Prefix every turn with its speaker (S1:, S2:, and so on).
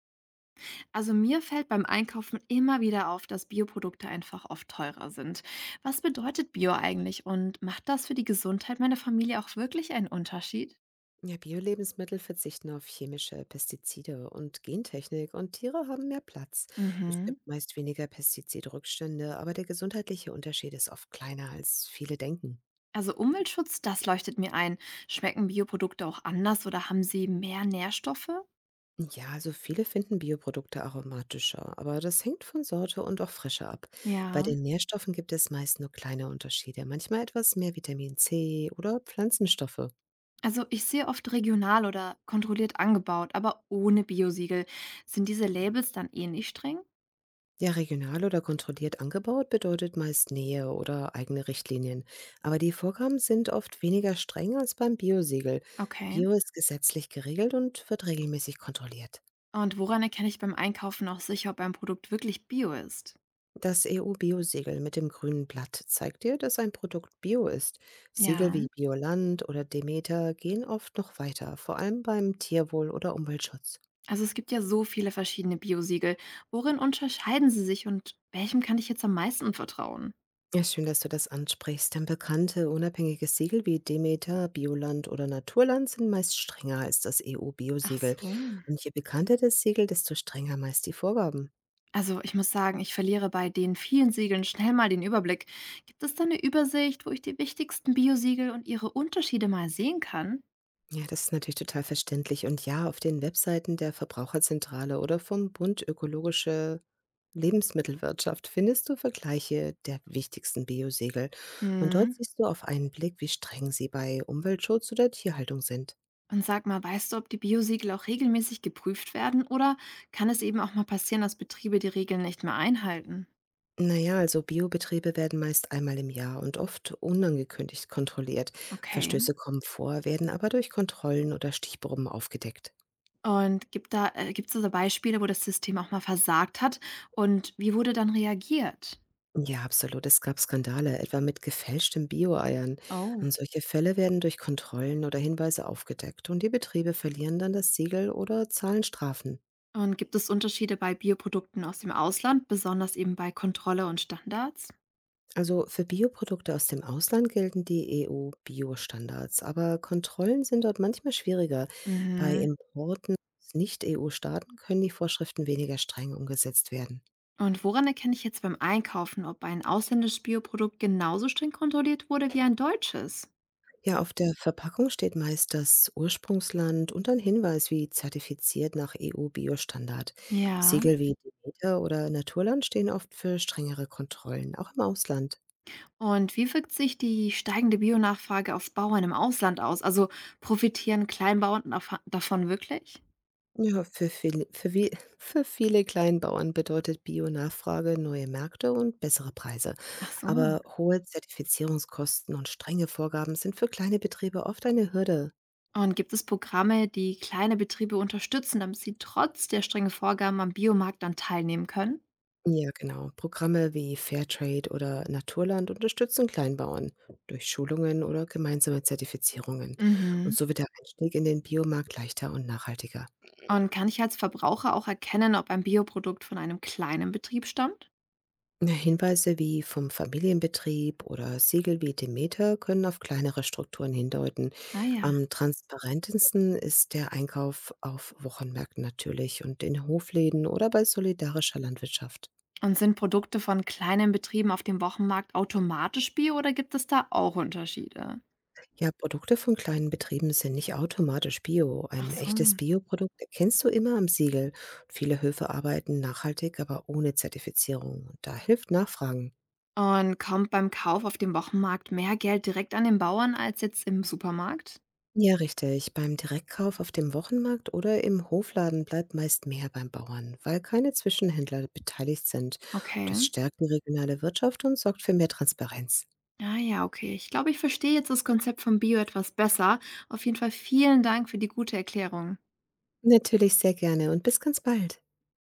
S1: Also mir fällt beim Einkaufen immer wieder auf, dass Bioprodukte einfach oft teurer sind. Was bedeutet Bio eigentlich und macht das für die Gesundheit meiner Familie auch wirklich einen Unterschied?
S2: Ja, Bio-Lebensmittel verzichten auf chemische Pestizide und Gentechnik und Tiere haben mehr Platz. Es
S1: Mhm.
S2: gibt meist weniger Pestizidrückstände, aber der gesundheitliche Unterschied ist oft kleiner, als viele denken.
S1: Also Umweltschutz, das leuchtet mir ein. Schmecken Bioprodukte auch anders oder haben sie mehr Nährstoffe?
S2: Ja, also viele finden Bioprodukte aromatischer, aber das hängt von Sorte und auch Frische ab. Bei
S1: Ja,
S2: den Nährstoffen gibt es meist nur kleine Unterschiede, manchmal etwas mehr Vitamin C oder Pflanzenstoffe.
S1: also ich sehe oft regional oder kontrolliert angebaut, aber ohne Biosiegel. Sind diese Labels dann ähnlich streng?
S2: Ja, regional oder kontrolliert angebaut bedeutet meist Nähe oder eigene Richtlinien. Aber die Vorgaben sind oft weniger streng als beim Biosiegel.
S1: Okay.
S2: Bio ist gesetzlich geregelt und wird regelmäßig kontrolliert.
S1: Und woran erkenne ich beim Einkaufen auch sicher, ob ein Produkt wirklich Bio ist?
S2: Das EU-Biosiegel mit dem grünen Blatt zeigt dir, dass ein Produkt Bio ist. Siegel
S1: Ja.
S2: wie Bioland oder Demeter gehen oft noch weiter, vor allem beim Tierwohl oder Umweltschutz.
S1: Also es gibt ja so viele verschiedene Biosiegel. Worin unterscheiden sie sich und welchem kann ich jetzt am meisten vertrauen?
S2: Ja, schön, dass du das ansprichst, denn bekannte unabhängige Siegel wie Demeter, Bioland oder Naturland sind meist strenger als das
S1: Ach
S2: EU-Biosiegel.
S1: so.
S2: Und je bekannter das Siegel, desto strenger meist die Vorgaben.
S1: Also ich muss sagen, ich verliere bei den vielen Siegeln schnell mal den Überblick. Gibt es da eine Übersicht, wo ich die wichtigsten Biosiegel und ihre Unterschiede mal sehen kann?
S2: Ja, das ist natürlich total verständlich. Und ja, auf den Webseiten der Verbraucherzentrale oder vom Bund Ökologische Lebensmittelwirtschaft findest du Vergleiche der wichtigsten Biosiegel. Und
S1: Hm.
S2: dort siehst du auf einen Blick, wie streng sie bei Umweltschutz oder Tierhaltung sind.
S1: Und sag mal, weißt du, ob die Biosiegel auch regelmäßig geprüft werden oder kann es eben auch mal passieren, dass Betriebe die Regeln nicht mehr einhalten?
S2: Na ja, also Biobetriebe werden meist einmal im Jahr und oft unangekündigt kontrolliert.
S1: Okay.
S2: Verstöße kommen vor, werden aber durch Kontrollen oder Stichproben aufgedeckt.
S1: Und gibt da gibt es da so Beispiele, wo das System auch mal versagt hat? Und wie wurde dann reagiert?
S2: Ja, absolut. Es gab Skandale, etwa mit gefälschten Bio-Eiern.
S1: Oh.
S2: Und solche Fälle werden durch Kontrollen oder Hinweise aufgedeckt und die Betriebe verlieren dann das Siegel oder zahlen Strafen.
S1: Und gibt es Unterschiede bei Bioprodukten aus dem Ausland, besonders eben bei Kontrolle und Standards?
S2: Also für Bioprodukte aus dem Ausland gelten die EU-Bio-Standards, aber Kontrollen sind dort manchmal schwieriger. Bei
S1: Mhm.
S2: Importen aus Nicht-EU-Staaten können die Vorschriften weniger streng umgesetzt werden.
S1: Und woran erkenne ich jetzt beim Einkaufen, ob ein ausländisches Bioprodukt genauso streng kontrolliert wurde wie ein deutsches?
S2: Ja, auf der Verpackung steht meist das Ursprungsland und ein Hinweis wie zertifiziert nach EU-Bio-Standard.
S1: Ja.
S2: Siegel wie Demeter oder Naturland stehen oft für strengere Kontrollen, auch im Ausland.
S1: Und wie wirkt sich die steigende Bionachfrage auf Bauern im Ausland aus? Also profitieren Kleinbauern davon wirklich?
S2: Ja, für viel für wie für viele Kleinbauern bedeutet Bio-Nachfrage neue Märkte und bessere Preise.
S1: Ach so.
S2: Aber hohe Zertifizierungskosten und strenge Vorgaben sind für kleine Betriebe oft eine Hürde.
S1: Und gibt es Programme, die kleine Betriebe unterstützen, damit sie trotz der strengen Vorgaben am Biomarkt dann teilnehmen können?
S2: Ja, genau. Programme wie Fairtrade oder Naturland unterstützen Kleinbauern durch Schulungen oder gemeinsame Zertifizierungen. Und
S1: Mhm.
S2: so wird der Einstieg in den Biomarkt leichter und nachhaltiger.
S1: Und kann ich als Verbraucher auch erkennen, ob ein Bioprodukt von einem kleinen Betrieb stammt?
S2: Na, Hinweise wie vom Familienbetrieb oder Siegel wie Demeter können auf kleinere Strukturen hindeuten.
S1: Ah ja.
S2: Am transparentesten ist der Einkauf auf Wochenmärkten natürlich und in Hofläden oder bei solidarischer Landwirtschaft.
S1: Und sind Produkte von kleinen Betrieben auf dem Wochenmarkt automatisch bio oder gibt es da auch Unterschiede?
S2: Ja, Produkte von kleinen Betrieben sind nicht automatisch bio.
S1: Ach
S2: Ein
S1: so.
S2: echtes Bioprodukt erkennst du immer am Siegel. Viele Höfe arbeiten nachhaltig, aber ohne Zertifizierung. Und da hilft Nachfragen.
S1: Und kommt beim Kauf auf dem Wochenmarkt mehr Geld direkt an den Bauern als jetzt im Supermarkt?
S2: Ja, richtig. Beim Direktkauf auf dem Wochenmarkt oder im Hofladen bleibt meist mehr beim Bauern, weil keine Zwischenhändler beteiligt sind.
S1: Okay.
S2: Das stärkt die regionale Wirtschaft und sorgt für mehr Transparenz.
S1: Ah ja, okay. Ich glaube, ich verstehe jetzt das Konzept von Bio etwas besser. Auf jeden Fall vielen Dank für die gute Erklärung.
S2: Natürlich sehr gerne und bis ganz bald.